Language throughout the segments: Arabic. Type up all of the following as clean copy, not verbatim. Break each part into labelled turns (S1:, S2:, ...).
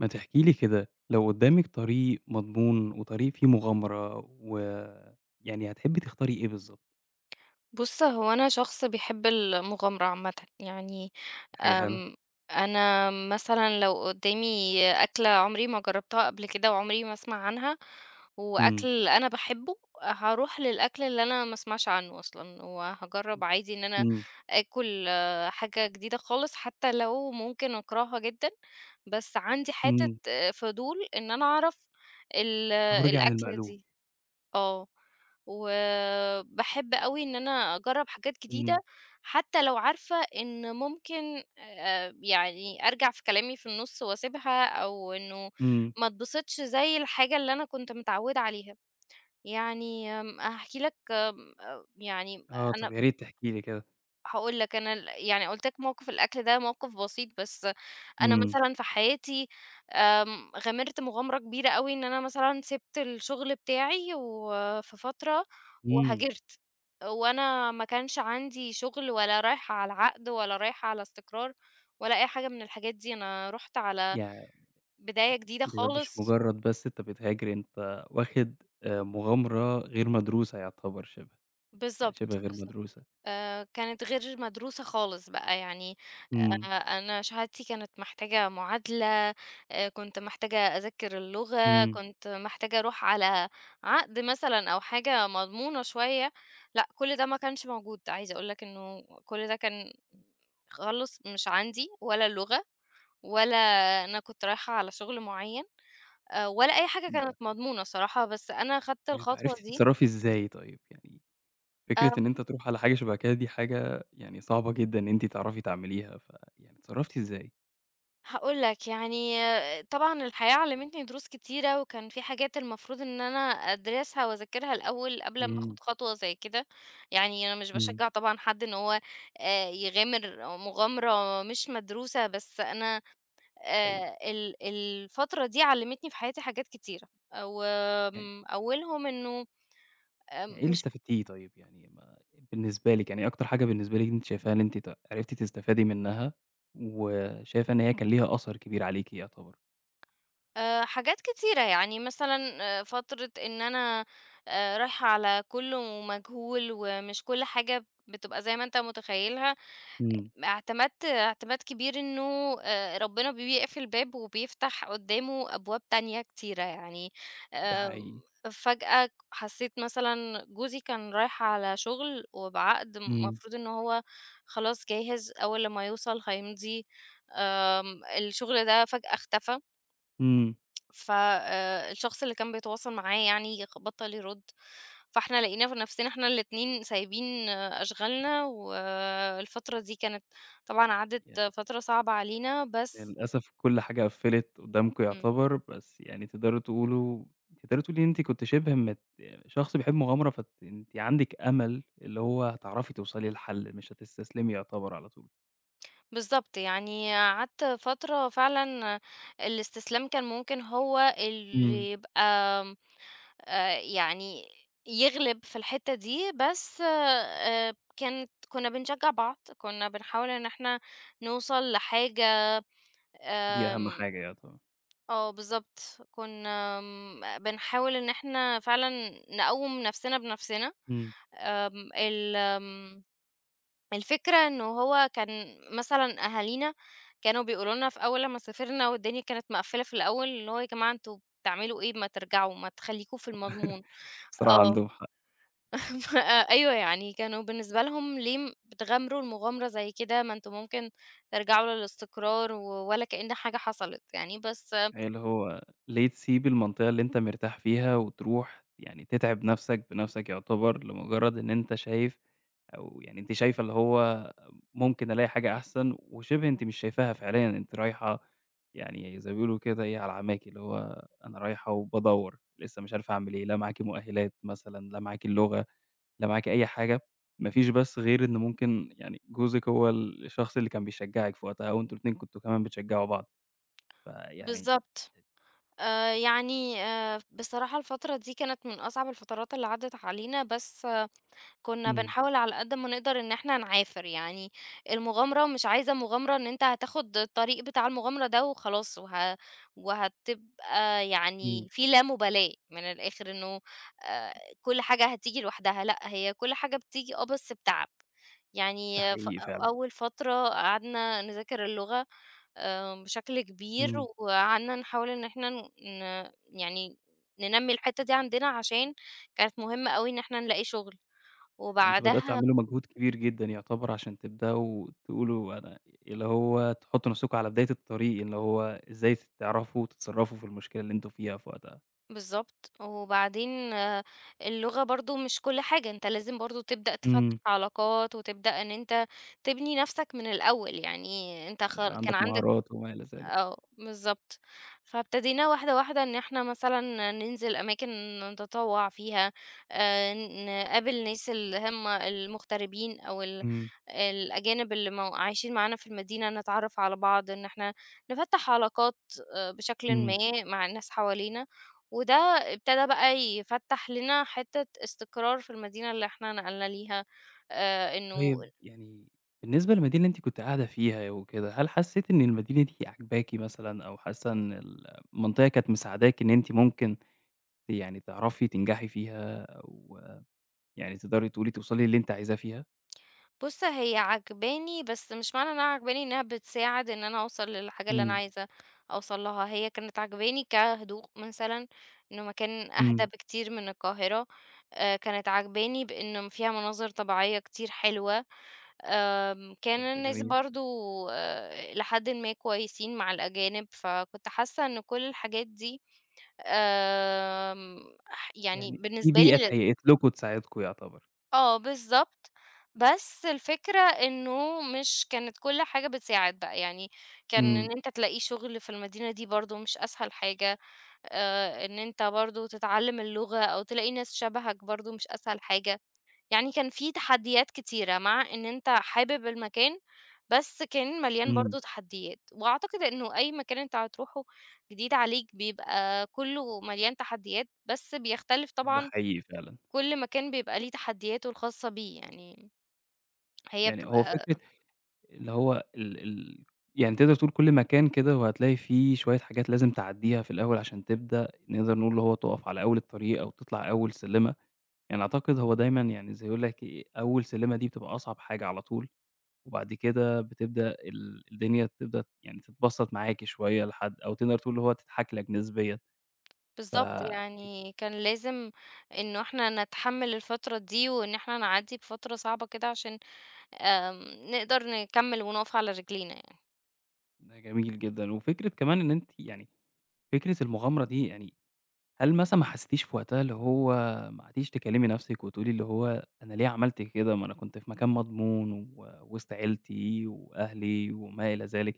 S1: ما تحكي لي كده، لو قدّامِك طريق مضمون وطريق فيه مغامرة يعني هتحبّي تختاري إيه بالضبط؟
S2: بُص، هو أنا شخص بيحب المغامرة عامةً، يعني
S1: حاجة حلوة.
S2: آمم، أنا مثلًا لو قدامي أكلة عمري ما جربتها قبل كده وعمري ما أسمع عنها،
S1: إمم،
S2: وأكل أنا باحبه، هاروح للأكل اللي أنا ما أسمعش عنه أصلًا، وهاجرب عادي إن أنا
S1: إمم،
S2: آكل حاجة جديدة خالص، حتى لو ممكن أكرهها جدًا، بس عندي حتة
S1: إمم،
S2: فضول إن أنا أعرف ال
S1: تخرجي عن
S2: الأكلة
S1: المألوف.
S2: دي. آه، وباحب أوي إن أنا أجرّب حاجات جديدة،
S1: إمم،
S2: حتى لو عارفة إن ممكن يعني أرجع في كلامي في النُص وأسيبها، أو إنه
S1: إمم،
S2: ما اتبسطش زي الحاجة اللي أنا كنت متعودة عليها. يعني هاحكي لك. آمم، آه، يعني
S1: آه، طب
S2: أنا
S1: يا ريت تحكي لي كده.
S2: هاقول لك. أنا ال يعني قُلت لك موقف الأكل ده موقف بسيط، بس أنا
S1: إمم،
S2: مثلًا في حياتي غامرت مغامرة كبيرة أوي إن أنا مثلًا سِبت الشغل بتاعي وفي فترة
S1: إمم،
S2: وهاجرت، وأنا ما كانش عندي شغل ولا رايحة على عقد ولا رايحة على استقرار ولا أي حاجة من الحاجات دي، أنا رُحت على
S1: يع
S2: بداية جديدة
S1: ده مش
S2: خالص.
S1: مجرّد بس أنت بتهاجر، أنت واخد مغامرة غير مدروسة يعتبر شِبه، يعني
S2: بالضبط،
S1: شِبه غير
S2: بالضبط.
S1: مدروسة.
S2: كانت غير مدروسة خالص بقى يعني.
S1: إمم،
S2: آآ أنا شهادتي كانت محتاجة معادلة، كنت محتاجة أذاكر اللغة،
S1: إمم،
S2: كنت محتاجة أروح على عقد مثلًا أو حاجة مضمونة شوية، لأ كل ده ما كانش موجود، عايزة أقول لك إنه كل ده كان خالص مش عندي، ولا اللغة ولا أنا كنت رايحة على شغل معيّن، ولا أي حاجة كانت
S1: ده
S2: مضمونة صراحة، بس أنا خدت
S1: طيب
S2: الخطوة
S1: عرفتِ
S2: دي.
S1: تتصرّفي إزاي طيب يعني؟ فكرة
S2: آه.
S1: إن أنتِ تروحي على حاجة شبه كده دي حاجة يعني صعبة جدًا إن أنتِ تعرفي تعمليها، فيعني اتصرّفتِ إزاي؟
S2: هاقول لك، يعني طبعًا الحياة علّمتني دروس كتيرة، وكان في حاجات المفروض إن أنا أدرسها وأذاكرها الأول قبل ما
S1: إمم،
S2: آخُد خطوة زي كده، يعني أنا مش
S1: إمم.
S2: باشجّع طبعًا حد إن هو يغامر مغامرة مش مدروسة، بس أنا
S1: حقيقي،
S2: ال الفترة دي علّمتني في حياتي حاجات كتيرة،
S1: يعني
S2: وآمم أولهم إنه
S1: يعني إيه اللي
S2: مش
S1: استفدتيه طيب؟ يعني ما بالنسبة لِك يعني إيه أكتر حاجة بالنسبة لِك أنتِ شايفاها إن أنتِ عرفتِ تستفادي منها، وشايفة إن هي كان ليها أثر كبير عليكِ يعتبر؟
S2: حاجات كتيرة. يعني مثلًا فترة إن أنا رايحة على كُلّ ومجهول، ومش كُلّ حاجة بتبقى زي ما أنت متخيّلها،
S1: إمم.
S2: اعتمدت اعتماد كبير إنه ربنا بيقفل باب وبيفتح قدّامه أبواب تانية كتيرة يعني.
S1: ده حقيقي.
S2: آمم، فجأة حسيت مثلًا جوزي كان رايح على شغل وبعقد
S1: إمم،
S2: المفروض إن هو خلاص جاهز أول لمّا يوصل هيمضي، الشغل ده فجأة اختفى.
S1: إمم.
S2: ف الشخص اللي كان بيتواصل معاه يعني بطّل يرُد، فإحنا لقينا في نَفْسنا إحنا الاتنين سايبين أشغالنا، والفترة دي كانت طبعًا عدِّت فترة صعبة علينا بس
S1: للأسف كل حاجة قفّلت قدّامكم
S2: إمم،
S1: يعتبر، بس يعني تقدروا تقولوا تقدري تقولي إن أنتِ كنتِ شِبه شخص بيحب مغامرة أنتِ عندِك أمل اللي هو هتعرفي توصلي لحل، مش هتستسلمي يعتبر على طول.
S2: بالضبط. يعني قعدت فترة فعلًا الاستسلام كان ممكن هو
S1: إمم.
S2: اللي يبقى. آمم، يعني يغلب في الحتّة دي، بس كانت كُنّا بنشجّع بعض، كُنّا بنحاول إن إحنا نوصل لحاجة.
S1: دي أهم
S2: آمم
S1: حاجة يعتبر.
S2: آه بالضبط. كنا بنحاول إن إحنا فعلًا نقوّم نفسنا بنفسنا.
S1: إمم.
S2: آمم، ال آمم، الفكرة إنه هو كان مثلًا أهالينا كانوا بيقولوا لنا في أول لمّا سافرنا والدنيا كانت مقفّلة في الأول، اللي هو "يا جماعة أنتم بتعملوا إيه ما ترجعوا، ما تخلّيكم في المضمون."
S1: بصراحة
S2: آه.
S1: عندهم حق.
S2: ف أيوه يعني كانوا بالنسبة لهم ليه بتغامروا المغامرة زي كده، ما أنتم ممكن ترجعوا للاستقرار ولا كأن حاجة حصلت يعني، بس
S1: يعني اللي هو ليه تسيب المنطقة اللي أنت مرتاح فيها وتروح يعني تتعب نَفْسك بنَفْسك يعتبر لمجرّد إن أنت شايف أو يعني أنتِ شايفة اللي هو ممكن ألاقي حاجة أحسن، وشِبه أنتِ مش شايفاها فعليًا، أنتِ رايحة يعني زي ما بيقولوا كده إيه، على عماكِ، اللي هو أنا رايحة وبادوّر، لسه مش عارفة أعمل إيه، لا معاكِ مؤهلات مثلًا، لا معاكِ اللغة، لا معاكِ أي حاجة، ما فيش بس غير إن ممكن يعني جوزِك هو الشخص اللي كان بيشجّعِك في وقتها، وأنتم الاتنين كنتم كمان بتشجّعوا بعض، فيعني
S2: بالضبط. بصراحة الفترة دي كانت من أصعب الفترات اللي عدّت علينا، بس كُنّا
S1: إمم،
S2: بنحاول على قد ما نقدر إن إحنا نعافر. يعني المغامرة مش عايزة مغامرة إن أنت هتاخد الطريق بتاع المغامرة ده وخلاص وهتبقى
S1: إمم،
S2: يعني في لا مُبالاة من الآخر إنه آآ كل حاجة هتيجي لوحدها، لأ هي كل حاجة بتيجي بس بتعب.
S1: ده
S2: يعني ف
S1: حقيقي فعلًا،
S2: أول فترة قعدنا نذاكر اللغة بشكل كبير،
S1: إمم.
S2: وقعدنا نحاول إن إحنا ن ن يعني ننمّي الحتّة دي عندنا عشان كانت مهمة أوي إن إحنا نلاقي شغل،
S1: يعني أنتم بدأتوا
S2: وبعدها
S1: تعملوا مجهود كبير جدًا يعتبر عشان تبدأوا تقولوا أنا اللي هو تحطّوا نفسكم على بداية الطريق، اللي هو إزاي تعرفوا تتصرّفوا في المشكلة اللي أنتم فيها في وقتها.
S2: بالضبط. وبعدين اللغة برضه مش كل حاجة، أنت لازم برضه تبدأ تفتّح
S1: إمم.
S2: علاقات، وتبدأ إن أنت تبني نَفْسك من الأول، يعني أنت
S1: يبقى
S2: كان
S1: عندك
S2: عندك.
S1: مهارات وما إلى ذلك.
S2: بالضبط. فابتدينا واحدة، واحدة إن إحنا مثلًا ننزل أماكن نتطوّع فيها، آآ نقابل ناس اللي هم المغتربين أو
S1: إمم،
S2: الأجانب اللي مو عايشين معانا في المدينة، نتعرّف على بعض، إن إحنا نفتّح علاقات بشكلٍ ما
S1: إمم.
S2: مع الناس حوالينا، وده ابتدى بقى يفتّح لنا حتّة استقرار في المدينة اللي إحنا نقلنا ليها، إنه
S1: طيب يعني بالنسبة للمدينة اللي أنتِ كنتِ قاعدة فيها وكده، هل حسّيتِ إن المدينة دي عاجباكِ مثلًا أو حاسة إن المنطقة كانت مساعداكِ إن أنتِ ممكن يعني تعرفي تنجحي فيها أو يعني تقدري تقولي توصلي للي أنتِ عايزاه فيها؟
S2: بُص، هي عاجباني، بس مش معنى إنها عاجباني إنها بتساعد إن أنا أوصل للحاجة اللي أنا
S1: إمم،
S2: عايزة أوصل لها، هي كانت عاجباني كهدوء مثلًا، إنه مكان أهدى
S1: إمم.
S2: بكتير من القاهرة. كانت عاجباني بإنه فيها مناظر طبيعية كتير حلوة، كان
S1: طب ده
S2: الناس
S1: جميل.
S2: برضه إلى حدٍ ما كويسين مع الأجانب، فكنت حاسة إن كل الحاجات دي آمم ح يعني
S1: يعني في
S2: بالنسبة
S1: بيئة
S2: لي.
S1: اتهيأت لكم تساعدكم يعتبر.
S2: بالضبط. بس الفكرة إنه مش كانت كل حاجة بتساعد بقى، يعني كان
S1: إمم،
S2: إن أنت تلاقي شغل في المدينة دي برضه مش أسهل حاجة، إن أنت برضه تتعلّم اللغة أو تلاقي ناس شبهك برضه مش أسهل حاجة، يعني كان في تحديات كتيرة مع إن أنت حابب المكان، بس كان مليان
S1: إمم،
S2: برضه تحديات، وأعتقد إنه أي مكان أنت هتروحه جديد عليك بيبقى كلّه مليان تحديات، بس بيختلف
S1: آه، ده
S2: طبعًا
S1: حقيقي فعلًا،
S2: كل مكان بيبقى ليه تحدياته الخاصة بيه، يعني هي
S1: يعني هو
S2: بتبقى
S1: فكرة اللي هو ال ال يعني تقدر تقول كل مكان كده وهتلاقي فيه شوية حاجات لازم تعدّيها في الأول عشان تبدأ نقدر نقول اللي هو تُقف على أول الطريق أو تطلع أول سلِّمة، يعني أعتقد هو دايمًا يعني زي يقول لك إيه، أول سلِّمة دي بتبقى أصعب حاجة على طول، وبعد كده بتبدأ الدنيا تبدأ يعني تتبسّط معاكِ شوية لحد أو تقدر تقول اللي هو تضحك لك نسبيًا، ف
S2: بالضبط. يعني كان لازم إنه إحنا نتحمّل الفترة دي، وإن إحنا نعدّي بفترة صعبة كده عشان نقدر نكمّل ونقف على رجلينا يعني.
S1: ده جميل جدًا، وفكرة كمان إن أنتِ يعني فكرة المغامرة دي يعني هل مثلًا ما حسيتيش في وقتها اللي هو ما عدتيش تكلمي نفسِك وتقولي اللي هو أنا ليه عملت كده، ما أنا كنت في مكان مضمون ووسط عيلتي وأهلي وما إلى ذلك،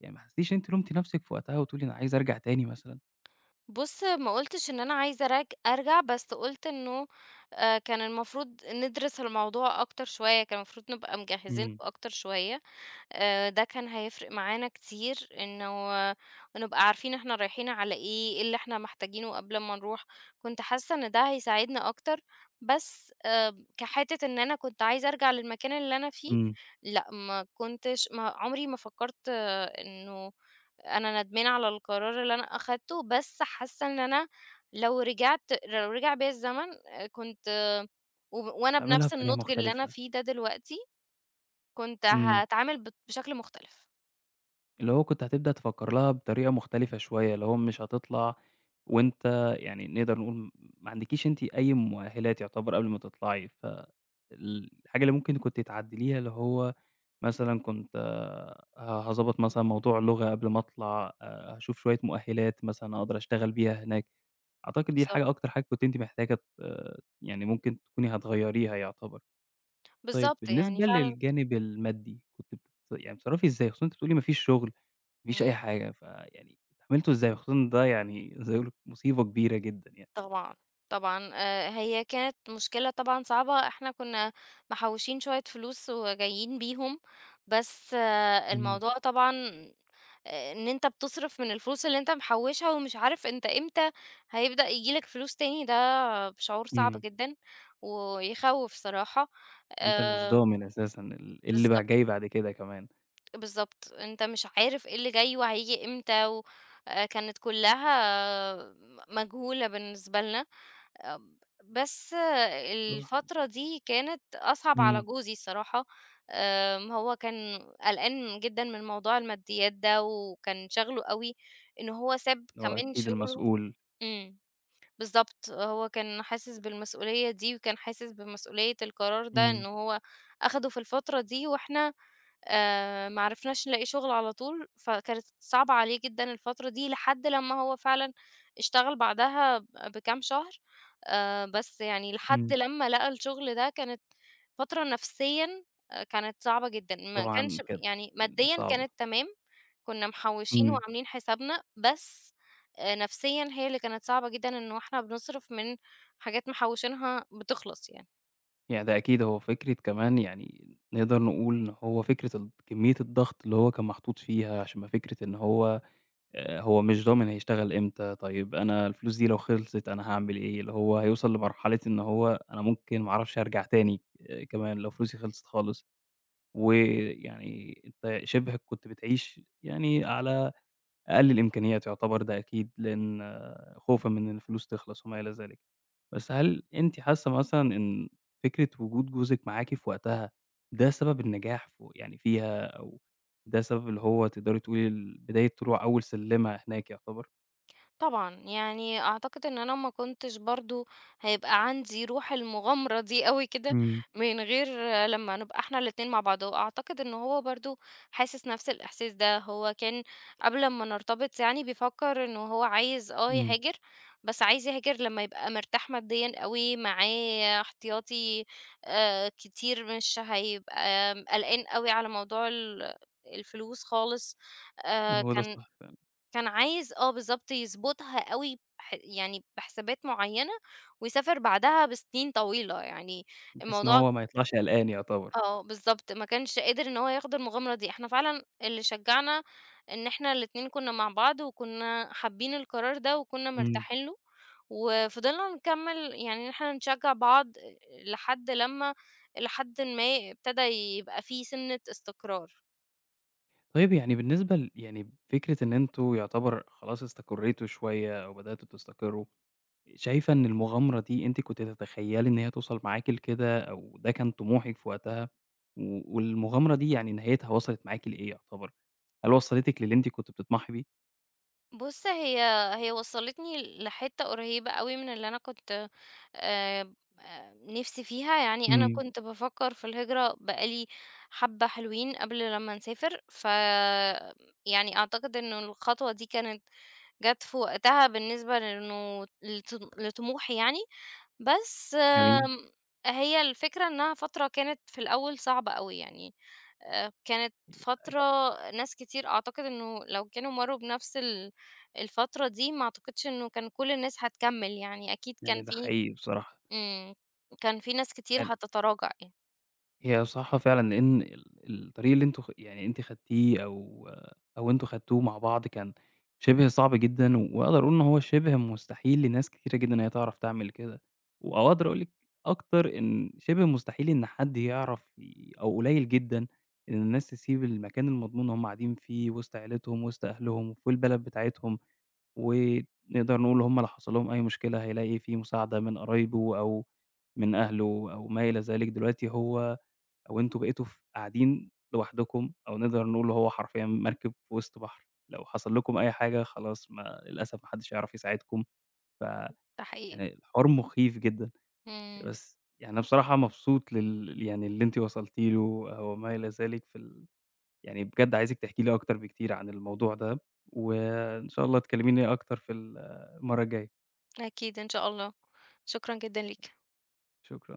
S1: يعني ما حسيتيش إن أنتِ لُمتِ نفسِك في وقتها وتقولي أنا عايزة أرجع تاني مثلًا؟
S2: بُص، ما قُلتش إن أنا عايزة أرجع، بس قُلت إنه كان المفروض ندرس الموضوع أكتر شوية، كان المفروض نبقى مجهّزينه
S1: إمم،
S2: أكتر شوية. ده كان هيفرق معانا كتير إنه نبقى عارفين إحنا رايحين على إيه، إيه اللي إحنا محتاجينه قبل ما نروح، كنت حاسة إن ده هيساعدني أكتر، بس كحتّة إن أنا كنت عايزة أرجع للمكان اللي أنا فيه،
S1: إمم.
S2: لأ ما كنتش. ما عمري ما فكّرت إنه أنا ندمانة على القرار اللي أنا أخدته، بس حاسة إن أنا لو رجعت لو رجع بيّا الزمن. كنت. آه، وب وأنا
S1: تعمليها
S2: بنفس
S1: بطريقة
S2: النضج اللي أنا
S1: مختلفة،
S2: فيه ده دلوقتي كنت
S1: إمم.
S2: هاتعامل بشكل مختلف.
S1: اللي هو كنت هتبدأ تفكّر لها بطريقة مختلفة شوية، اللي هو مش هتطلع وأنتِ يعني نقدر نقول ما عندكيش أنتِ أي مؤهلات يعتبر قبل ما تطلعي، ف الحاجة اللي ممكن كنتِ تعدّليها اللي هو مثلًا كنت هاضبّط مثلًا موضوع اللغة قبل ما أطلع، هاشوف شوية مؤهلات مثلًا أقدر أشتغل بيها هناك، أعتقد دي
S2: بالضبط،
S1: الحاجة أكتر حاجة كنتِ أنتِ محتاجة ت آه، يعني ممكن تكوني هتغيّريها يعتبر. طيب
S2: بالضبط يعني
S1: بالنسبة
S2: فعلًا.
S1: للجانب المادي، كنتِ يعني بتتصرّفي إزاي؟ خصوصًا أنتِ بتقولي ما فيش شغل. ما فيش
S2: إمم،
S1: أي حاجة، فيعني اتعاملتوا إزاي؟ وخصوصًا إن ده يعني زي ما يقولوا مصيبة كبيرة جدًا يعني.
S2: طبعًا، طبعًا. هي كانت مشكلة طبعًا صعبة، إحنا كنا محوّشين شوية فلوس وجايين بيهم، بس
S1: إمم،
S2: الموضوع طبعًا إن أنت بتصرف من الفلوس اللي أنت محوّشها ومش عارف أنت إمتى هيبدأ ييجي لك فلوس تاني، ده شعور صعب
S1: إمم.
S2: جدًا ويخوّف صراحة.
S1: أنت مش
S2: آآ،
S1: ضامن أساسًا اللي بقى
S2: بالضبط.
S1: جاي بعد كده كمان.
S2: بالضبط، أنت مش عارف إيه اللي جاي وهييجي إمتى و كانت كلّها مجهولة بالنسبة لنا. آمم بس
S1: آه،
S2: الفترة دي كانت أصعب على
S1: إمم.
S2: جوزي الصراحة. هو كان قلقان جدًا من موضوع الماديات ده وكان شاغله أوي إن هو ساب
S1: اللي هو
S2: كمان
S1: أكيد
S2: شغله.
S1: المسؤول.
S2: إمم، بالضبط. هو كان حاسس بالمسؤولية دي وكان حاسس بمسؤولية القرار ده إن
S1: إمم،
S2: هو أخده في الفترة دي وإحنا ما عرفناش نلاقي شغل على طول، فكانت صعبة عليه جدًا الفترة دي لحد لمّا هو فعلًا اشتغل بعدها بكام شهر. بس يعني لحد
S1: إمم.
S2: لمّا لقى الشغل ده كانت فترة نفسيًا كانت صعبة جدًا، ما
S1: طبعًا
S2: كانش
S1: كانت
S2: يعني
S1: يعني
S2: ماديًا
S1: صعبة.
S2: كانت تمام، كنا محوشين
S1: إمم.
S2: وعاملين حسابنا، بس نفسيًا هي اللي كانت صعبة جدًا إنه إحنا بنصرف من حاجات محوشينها بتخلص يعني.
S1: يعني ده أكيد هو فكرة كمان يعني نقدر نقول إن هو فكرة كمية الضغط اللي هو كان محطوط فيها، عشان ما فكرة إن هو مش ضامن هيشتغل إمتى، طيب أنا الفلوس دي لو خلصت أنا هاعمل إيه؟ اللي هو هيوصل لمرحلة إن هو أنا ممكن ما أعرفش أرجع تاني كمان لو فلوسي خلصت خالص، ويعني أنت شِبه كنت بتعيش يعني على أقل الإمكانيات يعتبر ده أكيد، لإن خوفًا من إن الفلوس تخلص وما إلى ذلك. بس هل أنتِ حاسة مثلًا إن فكرة وجود جوزِك معاكِ في وقتها، ده سبب النجاح يعني فيها أو ده سبب اللي هو تقدري تقولي بداية طلوع أول سلِّمة هناك يعتبر؟
S2: طبعًا، يعني أعتقد إن أنا ما كنتش برضه هيبقى عندي روح المغامرة دي أوي كده،
S1: إمم،
S2: من غير لمّا نبقى إحنا الاتنين مع بعض، وأعتقد إن هو برضه حاسس نفس الإحساس ده، هو كان قبل ما نرتبط يعني بيفكّر إنه هو عايز
S1: إمم.
S2: يهاجر، بس عايز يهاجر لمّا يبقى مرتاح ماديًا أوي، معاه احتياطي كتير، مش هيبقى قلقان أوي على موضوع الفلوس خالص. آآ
S1: هو ده
S2: كان
S1: الصح فعلًا،
S2: كان عايز بالضبط يضبطها أوي يعني بحسابات معيّنة ويسافر بعدها بسنين طويلة، يعني
S1: بحيث إن
S2: الموضوع.
S1: هو ما يطلعش قلقان يعتبر.
S2: بالضبط. ما كانش قادر إن هو ياخد المغامرة دي، إحنا فعلًا اللي شجّعنا إن إحنا الاتنين كُنّا مع بعض وكُنّا حابين القرار ده وكُنّا
S1: إمم.
S2: مرتاحين له، وفضلنا نكمّل يعني إن إحنا نشجّع بعض لحد لمّا إلى حدٍ ما ابتدى يبقى في سِنّة استقرار.
S1: طيب يعني بالنسبة يعني فكرة إن أنتم يعتبر خلاص استقريتوا شوية أو بدأتوا تستقروا شايفة إن المغامرة دي أنتِ كنتِ تتخيّلي إن هي توصل معاكِ لكده أو ده كان طموحِك في وقتها، والمغامرة دي يعني نهايتها وصلت معاكِ لإيه يعتبر؟ هل وصّلتِك للي أنتِ كنتِ بتطمحي بيه؟
S2: بُص، هي وصّلتني لحتّة قريّبة أوي من اللي أنا كنت آآ نِفْسي فيها، يعني أنا
S1: إمم.
S2: كنت بافكّر في الهجرة بقى لي حبّة حلوين قبل لمّا نسافر، ف يعني أعتقد إنه الخطوة دي كانت جات في وقتها بالنسبة لإنه لطموحي يعني. بس
S1: جميل،
S2: هي الفكرة إنها فترة كانت في الأول صعبة أوي يعني. كانت فترة ناس كتير أعتقد إنه لو كانوا مرّوا بنفس الفترة دي ما أعتقدش إنه كان كل الناس هتكمّل يعني، أكيد
S1: يعني ده حقيقي بصراحة.
S2: إمم، كان في ناس كتير هتتراجع يعني.
S1: هي صح فعلًا، لإن الطريق اللي أنتم يعني أنتِ خدتيه أو أنتم خدتوه مع بعض كان شِبه صعب جدًا، وأقدر أقول إن هو شِبه مستحيل لناس كتيرة جدًا إن هي تعرف تعمل كده، أو أقدر أقول لِك أكتر إن شِبه مستحيل إن حد يعرف أو قليل جدًا إن الناس تسيب المكان المضمون اللي هم قاعدين فيه وسط عيلتهم، وسط أهلهم، وفي البلد بتاعتهم، ونقدر نقول هم لو حصل لهم أي مشكلة هيلاقي في مساعدة من قرايبه أو من أهله أو ما إلى ذلك، دلوقتي هو أو أنتم بقيتوا قاعدين لوحدكم أو نقدر نقول هو حرفيًا مركب في وسط بحر، لو حصل لكم أي حاجة خلاص ما للأسف ما حدش هيعرف يساعدكم، ف
S2: ده حقيقي.
S1: يعني الحوار مخيف جدًا،
S2: إمم،
S1: بس يعني أنا بصراحة مبسوط يعني للي أنتِ وصلتِ له أو ما إلى ذلك في يعني بجد عايزِك تحكي لي أكتر بكتير عن الموضوع ده، وإن شاء الله تكلميني أكتر في المرّة الجاية،
S2: أكيد إن شاء الله. شكرًا جدًا ليك.
S1: شكرًا.